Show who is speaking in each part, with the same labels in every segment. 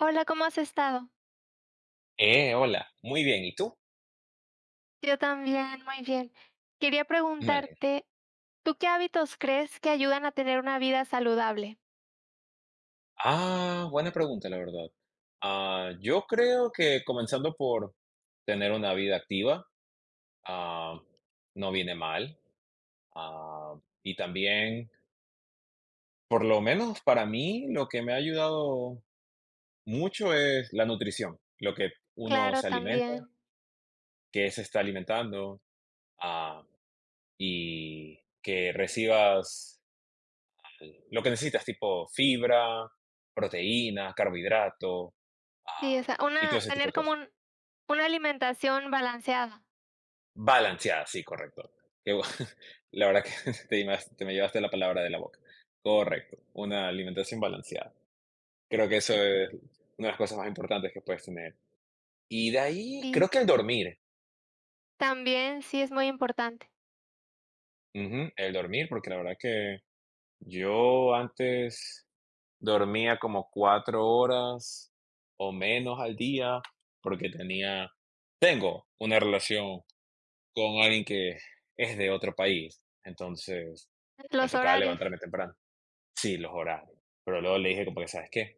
Speaker 1: Hola, ¿cómo has estado?
Speaker 2: Hola, muy bien, ¿y tú?
Speaker 1: Yo también, muy bien. Quería
Speaker 2: Me
Speaker 1: preguntarte, ¿tú qué hábitos crees que ayudan a tener una vida saludable?
Speaker 2: Buena pregunta, la verdad. Yo creo que comenzando por tener una vida activa, ah, no viene mal. Ah, y también, por lo menos para mí, lo que me ha ayudado mucho es la nutrición, lo que uno
Speaker 1: Claro,
Speaker 2: se alimenta,
Speaker 1: también.
Speaker 2: que se está alimentando, ah, y que recibas lo que necesitas, tipo fibra, proteína, carbohidratos
Speaker 1: Sí, o
Speaker 2: ah,
Speaker 1: sea,
Speaker 2: y todo
Speaker 1: una
Speaker 2: ese tipo
Speaker 1: tener
Speaker 2: de
Speaker 1: como
Speaker 2: cosas.
Speaker 1: un una alimentación balanceada
Speaker 2: Balanceada, sí, correcto. Qué bu- la verdad que te me llevaste la palabra de la boca. Correcto, una alimentación balanceada. Creo que eso es una de las cosas más importantes que puedes tener. Y de ahí,
Speaker 1: y
Speaker 2: creo que el dormir.
Speaker 1: también sí es muy importante.
Speaker 2: Ujú, el dormir, porque la verdad que yo antes dormía como 4 horas o menos al día, porque tengo una relación con alguien que es de otro país. Entonces, me
Speaker 1: Los
Speaker 2: tocaba
Speaker 1: horarios.
Speaker 2: levantarme temprano. Sí, los horarios. Pero luego le dije como que, ¿sabes qué?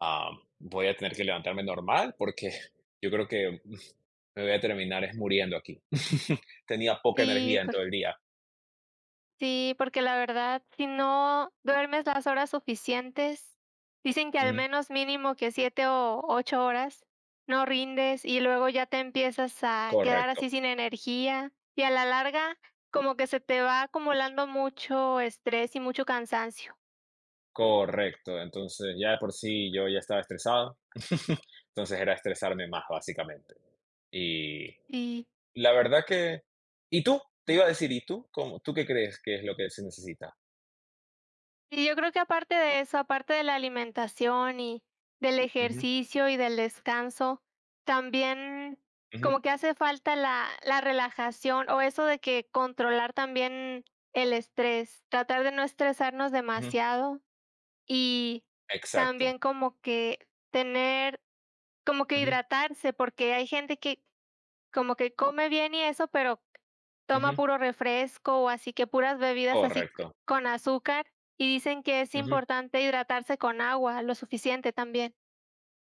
Speaker 2: Ah, Voy a tener que levantarme normal porque yo creo que me voy a terminar es muriendo aquí. Tenía poca
Speaker 1: Sí,
Speaker 2: energía en
Speaker 1: por
Speaker 2: todo el día.
Speaker 1: Sí, porque la verdad, si no duermes las horas suficientes, dicen que al
Speaker 2: Ujú.
Speaker 1: menos mínimo que 7 o 8 horas, no rindes y luego ya te empiezas a quedar así
Speaker 2: Correcto,
Speaker 1: sin energía y a la larga como que se te va acumulando mucho estrés y mucho cansancio.
Speaker 2: correcto. Entonces, ya de por sí yo ya estaba estresado. Entonces era estresarme más, básicamente. Y
Speaker 1: Sí.
Speaker 2: la verdad que... ¿Y tú? Te iba a decir, ¿y tú? ¿Tú qué crees que es lo que se necesita?
Speaker 1: Y yo creo que aparte de eso, aparte de la alimentación y del
Speaker 2: Ujú,
Speaker 1: ejercicio y del descanso, también
Speaker 2: ujú,
Speaker 1: como que hace falta la relajación o eso de que controlar también el estrés, tratar de no estresarnos
Speaker 2: ujú,
Speaker 1: demasiado y
Speaker 2: exacto.
Speaker 1: también como que tener como que
Speaker 2: Ujú,
Speaker 1: hidratarse, porque hay gente que como que come bien y eso, pero toma
Speaker 2: ujú,
Speaker 1: puro refresco, o así que puras bebidas así c
Speaker 2: correcto.
Speaker 1: con azúcar, y dicen que es
Speaker 2: Ujú,
Speaker 1: importante hidratarse con agua, lo suficiente también.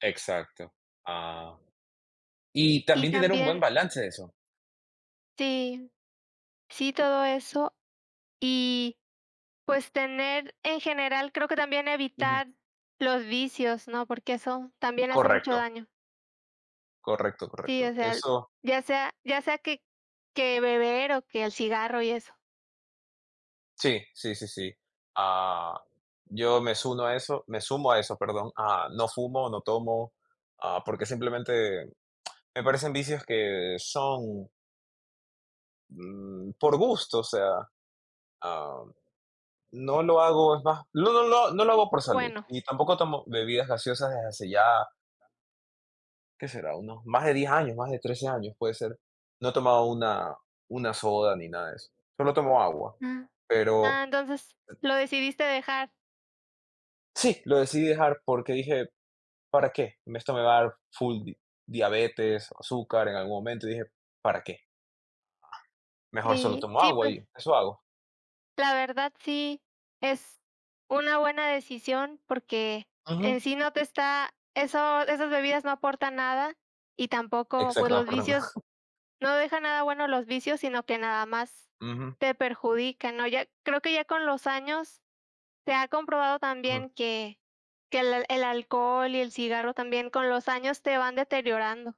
Speaker 2: exacto. Ah, y
Speaker 1: Y
Speaker 2: también tener un buen
Speaker 1: también
Speaker 2: balance de eso.
Speaker 1: sí, sí, todo eso. Y, pues, tener en general, creo que también
Speaker 2: Ujú,
Speaker 1: evitar los vicios, ¿no? Porque eso también hace mucho
Speaker 2: correcto,
Speaker 1: daño.
Speaker 2: correcto,
Speaker 1: Sí, o
Speaker 2: correcto.
Speaker 1: sea,
Speaker 2: Eso,
Speaker 1: ya sea que beber o que el cigarro y eso.
Speaker 2: sí, sí, sí, sí. Ah, yo me sumo a eso, me sumo a eso, perdón. Ah, no fumo, no tomo, porque simplemente me parecen vicios que son por gusto, ah, no lo hago, es más, no, no, no, no lo hago por salud.
Speaker 1: Bueno.
Speaker 2: Y tampoco tomo bebidas gaseosas desde hace ya, ¿qué será? Unos más de 10 años, más de 13 años puede ser. No he tomado una soda ni nada de eso. Solo tomo agua.
Speaker 1: Mm.
Speaker 2: Pero
Speaker 1: Ah, entonces, lo decidiste dejar.
Speaker 2: sí, lo decidí dejar porque dije, ¿para qué? Esto me va a dar full diabetes, azúcar en algún momento. Y dije, ¿para qué? Mejor solo
Speaker 1: Sí,
Speaker 2: tomo
Speaker 1: sí,
Speaker 2: agua
Speaker 1: pues,
Speaker 2: y eso hago.
Speaker 1: la verdad sí es una buena decisión porque en
Speaker 2: Ujú.
Speaker 1: sí no te está eso esas bebidas no aportan nada y tampoco, pues,
Speaker 2: Exacto, no,
Speaker 1: los
Speaker 2: perdón.
Speaker 1: vicios no dejan nada bueno los vicios, sino que nada más
Speaker 2: Ujú,
Speaker 1: te perjudican, ¿no? Ya creo que ya con los años se ha comprobado
Speaker 2: ujú.
Speaker 1: también que que el alcohol y el cigarro también con los años te van deteriorando.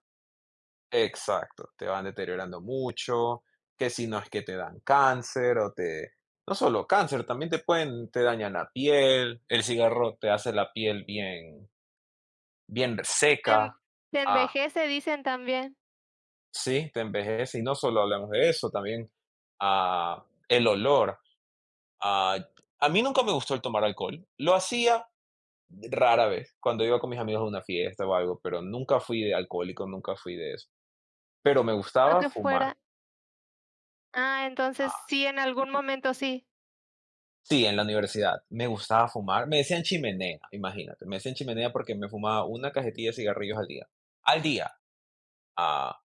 Speaker 2: Exacto, te van deteriorando mucho, que si no es que te dan cáncer o te no solo cáncer, también te dañan la piel, el cigarro te hace la piel bien
Speaker 1: Te en
Speaker 2: seca,
Speaker 1: Te
Speaker 2: ah,
Speaker 1: envejece, dicen también,
Speaker 2: sí, te envejece, y no solo hablamos de eso, también, el olor, ah, a mí nunca me gustó el tomar alcohol, lo hacía rara vez, cuando iba con mis amigos a una fiesta o algo, pero nunca fui de alcohólico, nunca fui de eso, pero me
Speaker 1: no
Speaker 2: gustaba
Speaker 1: que
Speaker 2: fumar.
Speaker 1: fuera ah, entonces sí, en algún momento sí.
Speaker 2: Sí, en la universidad. Me gustaba fumar. Me decían chimenea, imagínate. Me decían chimenea porque me fumaba una cajetilla de cigarrillos al día. Al día. Ah,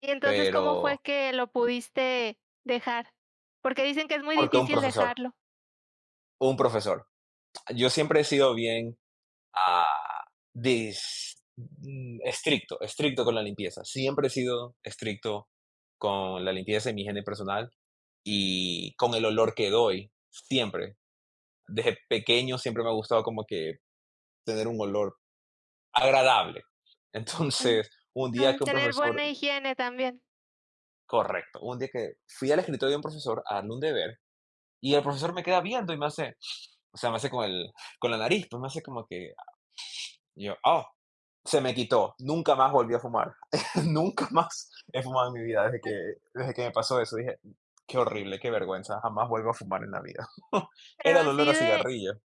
Speaker 1: Y entonces, ¿cómo fue
Speaker 2: pero
Speaker 1: que lo pudiste dejar? Porque dicen que es muy
Speaker 2: Porque un
Speaker 1: difícil
Speaker 2: profesor,
Speaker 1: dejarlo.
Speaker 2: un profesor. Yo siempre he sido bien ah, estricto, estricto con la limpieza. Siempre he sido estricto con la limpieza y mi higiene personal y con el olor que doy, siempre. Desde pequeño siempre me ha gustado como que tener un olor agradable.
Speaker 1: Ah,
Speaker 2: Entonces, un día que un
Speaker 1: Tener
Speaker 2: profesor
Speaker 1: buena higiene también.
Speaker 2: correcto, un día que fui al escritorio de un profesor a darle un deber y el profesor me queda viendo y me hace, o sea, me hace con el con la nariz, pues me hace como que y yo, "Oh", se me quitó, nunca más volví a fumar, nunca más he fumado en mi vida desde que me pasó eso, dije: "Qué horrible, qué vergüenza, jamás vuelvo a fumar en la vida".
Speaker 1: Pero
Speaker 2: Era el olor
Speaker 1: así
Speaker 2: a
Speaker 1: de
Speaker 2: cigarrillo.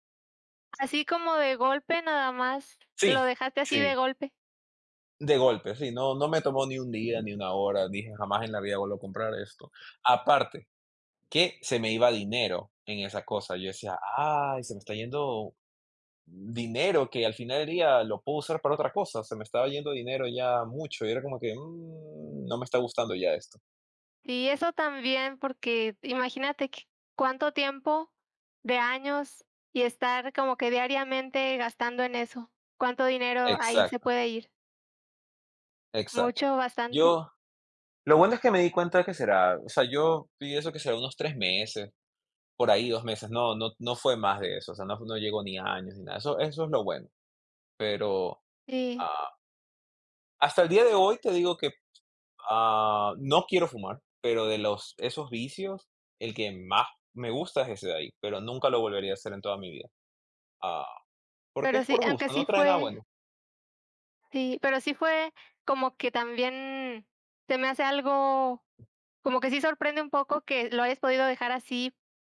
Speaker 1: Así como de golpe nada más,
Speaker 2: Sí,
Speaker 1: lo dejaste así de
Speaker 2: sí,
Speaker 1: golpe.
Speaker 2: de golpe, sí, no me tomó ni un día, ni una hora, dije: "Jamás en la vida vuelvo a comprar esto". Aparte que se me iba dinero en esa cosa. Yo decía, ay, se me está yendo dinero que al final del día lo puedo usar para otra cosa. Se me estaba yendo dinero ya mucho y era como que "Mm, no me está gustando ya esto".
Speaker 1: Y eso también, porque imagínate que cuánto tiempo de años y estar como que diariamente gastando en eso. ¿Cuánto dinero ahí se
Speaker 2: Exacto,
Speaker 1: puede ir?
Speaker 2: exacto.
Speaker 1: ¿Mucho? ¿Bastante?
Speaker 2: Yo, lo bueno es que me di cuenta que será, o sea, yo vi eso que será unos 3 meses, por ahí 2 meses, no, no, no fue más de eso, o sea, no, no llegó ni a años ni nada, eso es lo bueno, pero
Speaker 1: Sí,
Speaker 2: ah, hasta el día de hoy te digo que no quiero fumar, pero de los esos vicios, el que más me gusta es ese de ahí, pero nunca lo volvería a hacer en toda mi vida. Ah, Porque
Speaker 1: pero
Speaker 2: es
Speaker 1: sí,
Speaker 2: por
Speaker 1: aunque
Speaker 2: gusto,
Speaker 1: sí
Speaker 2: no trae nada
Speaker 1: fue
Speaker 2: bueno.
Speaker 1: Sí, pero sí fue como que también se me hace algo, como que sí sorprende un poco que lo hayas podido dejar así,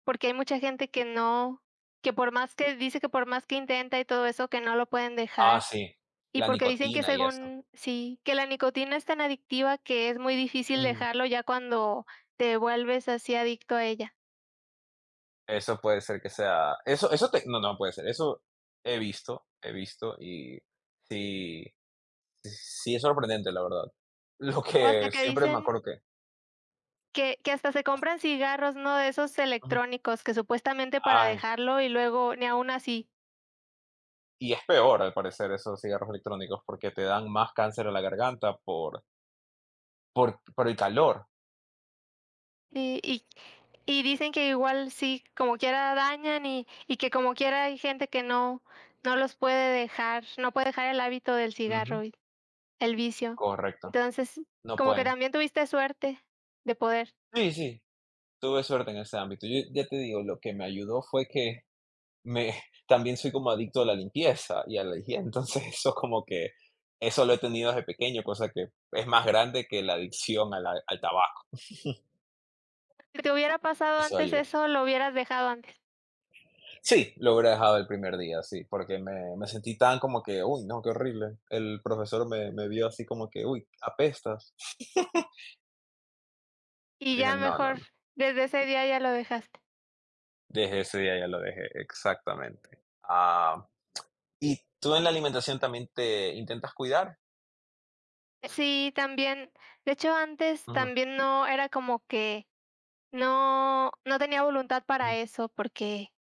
Speaker 1: porque hay mucha gente que no, que por más que dice que por más que intenta y todo eso, que no lo pueden dejar.
Speaker 2: Sí,
Speaker 1: Y
Speaker 2: la
Speaker 1: porque dicen que
Speaker 2: nicotina y eso.
Speaker 1: según, sí, que la nicotina es tan adictiva que es muy difícil
Speaker 2: Ujú.
Speaker 1: dejarlo ya cuando te vuelves así adicto a ella.
Speaker 2: Eso puede ser que sea eso eso te no, no puede ser, eso he visto y sí, sí es sorprendente, la verdad. Lo
Speaker 1: O hasta
Speaker 2: que
Speaker 1: que
Speaker 2: siempre me
Speaker 1: dicen
Speaker 2: acuerdo que
Speaker 1: que hasta se compran cigarros, ¿no? De esos
Speaker 2: ujú.
Speaker 1: electrónicos que supuestamente para
Speaker 2: Ay,
Speaker 1: dejarlo y luego ni aun así.
Speaker 2: y es peor, al parecer, esos cigarros electrónicos, porque te dan más cáncer a la garganta por Por el calor.
Speaker 1: Sí, y dicen que igual sí, como quiera dañan y que como quiera hay gente que no los puede dejar, no puede dejar el hábito del
Speaker 2: Ujú.
Speaker 1: cigarro y el vicio.
Speaker 2: Correcto,
Speaker 1: Entonces,
Speaker 2: no
Speaker 1: como que
Speaker 2: pueden.
Speaker 1: también tuviste suerte de poder.
Speaker 2: Sí, sí, tuve suerte en ese ámbito. Yo ya te digo, lo que me ayudó fue que me también soy como adicto a la limpieza y a la higiene, entonces eso como que eso lo he tenido desde pequeño, cosa que es más grande que la adicción a la al tabaco.
Speaker 1: Si te hubiera pasado
Speaker 2: Eso
Speaker 1: antes
Speaker 2: ayudó.
Speaker 1: eso, lo hubieras dejado antes
Speaker 2: Sí, lo hubiera dejado el primer día, sí, porque me sentí tan como que: "Uy, no, qué horrible". El profesor me vio así como que: "Uy, apestas".
Speaker 1: y
Speaker 2: Dije:
Speaker 1: ya
Speaker 2: "No, no,
Speaker 1: mejor
Speaker 2: no".
Speaker 1: desde ese día ya lo dejaste.
Speaker 2: Desde ese día ya lo dejé, exactamente. Ah, ¿y tú en la alimentación también te intentas cuidar?
Speaker 1: Sí, también, de hecho, antes
Speaker 2: Ujú,
Speaker 1: también no era como que no tenía voluntad para
Speaker 2: ujú.
Speaker 1: eso, porque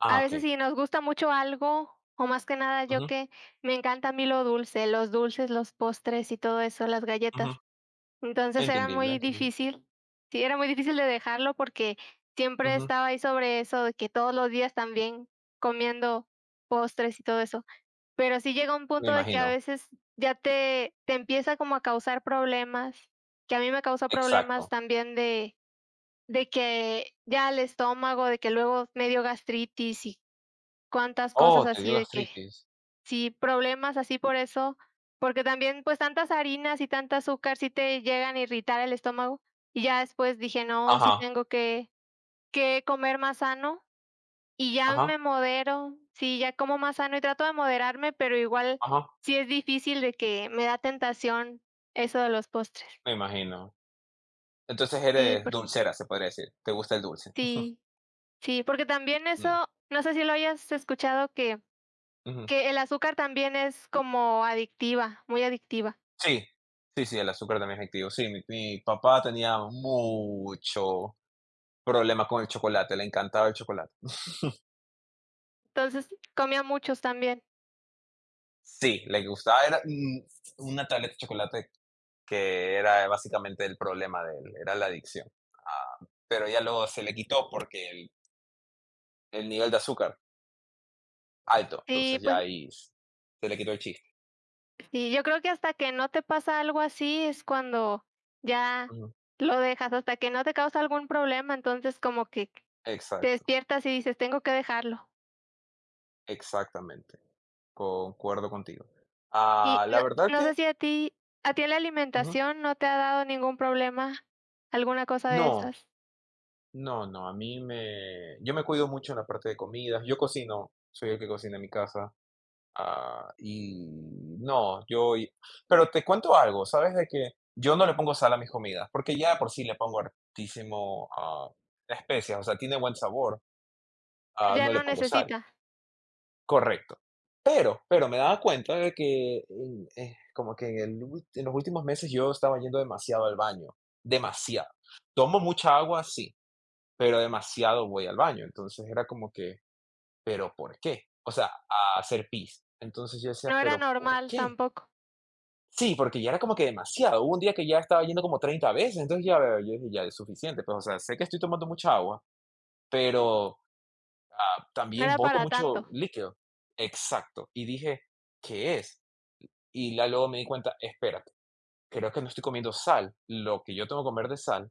Speaker 1: a veces
Speaker 2: Okey.
Speaker 1: si nos gusta mucho algo, o más que nada yo
Speaker 2: Ujú,
Speaker 1: que me encanta a mí lo dulce, los dulces, los postres y todo eso, las
Speaker 2: ujú.
Speaker 1: galletas. Entonces era
Speaker 2: Entendible,
Speaker 1: muy
Speaker 2: entendible.
Speaker 1: difícil, sí, era muy difícil de dejarlo porque siempre
Speaker 2: Ujú,
Speaker 1: estaba ahí sobre eso, de que todos los días también comiendo postres y todo eso. Pero sí llega un
Speaker 2: me
Speaker 1: punto de que a
Speaker 2: imagino.
Speaker 1: veces ya te empieza como a causar problemas, que a mí me causó problemas
Speaker 2: Exacto.
Speaker 1: también de que ya el estómago, de que luego medio gastritis y cuántas cosas
Speaker 2: Oh, te
Speaker 1: así
Speaker 2: dio
Speaker 1: de que
Speaker 2: gastritis.
Speaker 1: sí, problemas así por eso, porque también, pues, tantas harinas y tanta azúcar sí te llegan a irritar el estómago, y ya después dije: "No, sí
Speaker 2: Ajá,
Speaker 1: tengo que comer más sano", y ya
Speaker 2: ajá,
Speaker 1: me modero, sí, ya como más sano y trato de moderarme, pero igual
Speaker 2: ajá,
Speaker 1: sí es difícil de que me da tentación eso de los postres.
Speaker 2: me imagino. Entonces
Speaker 1: Sí,
Speaker 2: eres
Speaker 1: por
Speaker 2: dulcera, se podría decir, te gusta el dulce.
Speaker 1: sí, sí, porque también
Speaker 2: Mm,
Speaker 1: eso, no sé si lo hayas escuchado
Speaker 2: ujú.
Speaker 1: que el azúcar también es como adictiva, muy adictiva.
Speaker 2: Sí, sí, sí, el azúcar también es adictivo. Sí, mi papá tenía mucho problema con el chocolate, le encantaba el chocolate.
Speaker 1: Entonces, comía muchos también.
Speaker 2: Sí, le gustaba, era, una tableta de chocolate que era básicamente el problema de él, era la adicción. Pero ya luego se le quitó porque el nivel de azúcar alto,
Speaker 1: Sí,
Speaker 2: entonces ya
Speaker 1: pues,
Speaker 2: ahí se le quitó el chiste.
Speaker 1: sí, yo creo que hasta que no te pasa algo así es cuando ya
Speaker 2: Ujú.
Speaker 1: lo dejas, hasta que no te causa algún problema, entonces como que te
Speaker 2: Exacto,
Speaker 1: despiertas y dices: "Tengo que dejarlo".
Speaker 2: exactamente. Concuerdo contigo.
Speaker 1: Y
Speaker 2: La
Speaker 1: no
Speaker 2: verdad
Speaker 1: no
Speaker 2: que
Speaker 1: sé si a ti en la
Speaker 2: ujú.
Speaker 1: alimentación no te ha dado ningún problema, alguna cosa de
Speaker 2: No,
Speaker 1: esas.
Speaker 2: no, no, a mí me... Yo me cuido mucho en la parte de comidas, yo cocino, soy el que cocina en mi casa. Ah, y no, yo y pero te cuento algo, ¿sabes? De que yo no le pongo sal a mis comidas, porque ya de por sí le pongo hartísimo, especias, o sea, tiene buen sabor,
Speaker 1: Ya
Speaker 2: no le
Speaker 1: no
Speaker 2: pongo sal,
Speaker 1: necesita,
Speaker 2: correcto. Pero me daba cuenta de que como que en el ul en los últimos meses yo estaba yendo demasiado al baño, demasiado. Tomo mucha agua, sí, pero demasiado voy al baño, entonces era como que, ¿pero por qué? O sea, a hacer pis. Entonces yo decía,
Speaker 1: no era
Speaker 2: ¿pero por
Speaker 1: normal
Speaker 2: qué?
Speaker 1: tampoco,
Speaker 2: Sí, porque ya era como que demasiado. Hubo un día que ya estaba yendo como 30 veces, entonces ya veo, yo dije, ya es suficiente. Pues, o sea, sé que estoy tomando mucha agua, pero
Speaker 1: no
Speaker 2: también
Speaker 1: era
Speaker 2: boto
Speaker 1: para
Speaker 2: mucho
Speaker 1: tanto.
Speaker 2: líquido. Exacto. Y dije, ¿qué es? Y luego me di cuenta, espérate, creo que no estoy comiendo sal, lo que yo tengo que comer de sal,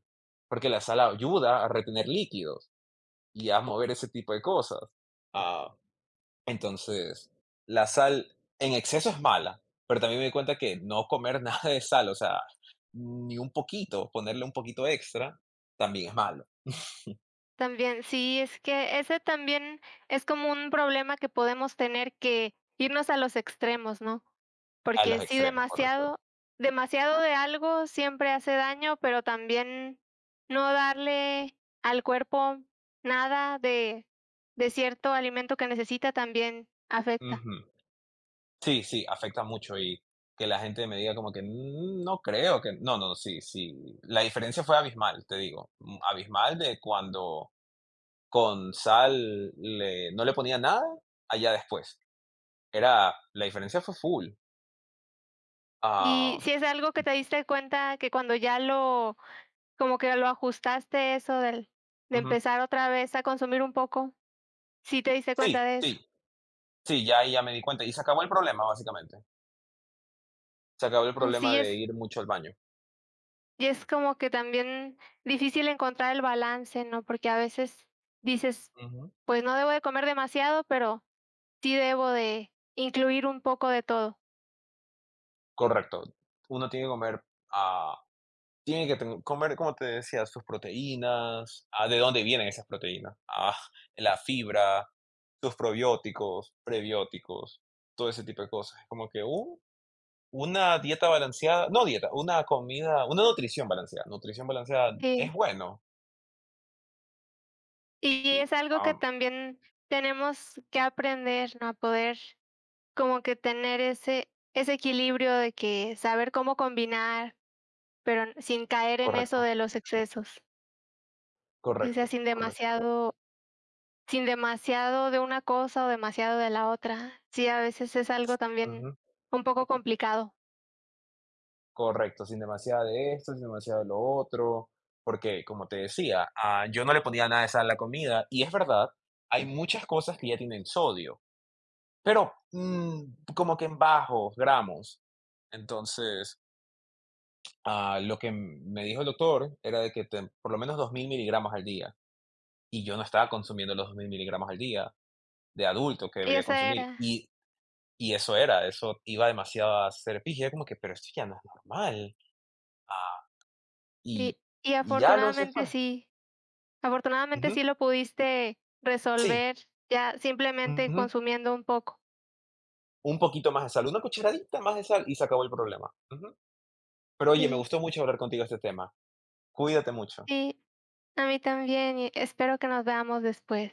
Speaker 2: porque la sal ayuda a retener líquidos y a mover ese tipo de cosas. Ah, Entonces, la sal en exceso es mala, pero también me di cuenta que no comer nada de sal, o sea, ni un poquito, ponerle un poquito extra, también es malo,
Speaker 1: También, sí, es que ese también es como un problema que podemos tener que irnos a los extremos, ¿no?
Speaker 2: a los
Speaker 1: Porque sí,
Speaker 2: extremos, correcto.
Speaker 1: demasiado demasiado de algo siempre hace daño, pero también no darle al cuerpo nada de cierto alimento que necesita también afecta.
Speaker 2: Ujú. Sí, sí, afecta mucho y que la gente me diga como que "Mm, no creo que, no, no, sí, sí, la diferencia fue abismal, te digo, mm, abismal de cuando con sal le, no le ponía nada, allá después, era, la diferencia fue full".
Speaker 1: Y
Speaker 2: Ah,
Speaker 1: si es algo que te diste cuenta que cuando ya lo como que lo ajustaste eso del de
Speaker 2: Ujú.
Speaker 1: empezar otra vez a consumir un poco, ¿sí te diste cuenta
Speaker 2: Sí,
Speaker 1: de eso?
Speaker 2: sí. Sí, ya ahí ya me di cuenta, y se acabó el problema, básicamente. Se acabó el
Speaker 1: Así
Speaker 2: problema de
Speaker 1: es,
Speaker 2: ir mucho al baño.
Speaker 1: y es como que también difícil encontrar el balance, ¿no? Porque a veces dices,
Speaker 2: Ujú.
Speaker 1: pues no debo de comer demasiado, pero sí debo de incluir un poco de todo.
Speaker 2: Correcto. Uno tiene que comer, ah, tiene que ten comer, como te decía, sus proteínas, de dónde vienen esas proteínas, la fibra, sus probióticos, prebióticos, todo ese tipo de cosas. Como que un una dieta balanceada, no dieta, una comida, una nutrición balanceada. Nutrición balanceada es
Speaker 1: Sí.
Speaker 2: bueno.
Speaker 1: Y es algo que
Speaker 2: Ah,
Speaker 1: también tenemos que aprender, ¿no? A poder como que tener ese equilibrio de que saber cómo combinar, pero sin caer en eso
Speaker 2: Correcto,
Speaker 1: de los excesos, o sea,
Speaker 2: correcto, correcto.
Speaker 1: sin demasiado de una cosa o demasiado de la otra. Sí, a veces es algo también un poco complicado.
Speaker 2: Correcto, sin demasiada de esto, sin demasiado de lo otro, porque como te decía, yo no le ponía nada de sal a la comida y es verdad, hay muchas cosas que ya tienen sodio, pero como que en bajos gramos. Entonces, lo que me dijo el doctor era de que por lo menos 2000 mg al día y yo no estaba consumiendo los 2000 mg al día de adulto que
Speaker 1: Y
Speaker 2: debería
Speaker 1: esa
Speaker 2: consumir
Speaker 1: era.
Speaker 2: y eso era, eso iba demasiado a ser pija, como que, pero esto ya no es normal. Ah, y,
Speaker 1: Y
Speaker 2: y ya lo sé pues,
Speaker 1: afortunadamente
Speaker 2: ujú,
Speaker 1: sí lo pudiste
Speaker 2: sí,
Speaker 1: resolver ya simplemente
Speaker 2: ujú,
Speaker 1: consumiendo un poco.
Speaker 2: un poquito más de sal, una cucharadita más de sal y se acabó el problema, ujú. Pero oye, me
Speaker 1: Sí,
Speaker 2: gustó mucho hablar contigo de este tema. Cuídate mucho.
Speaker 1: sí, a mí también, y espero que nos veamos después.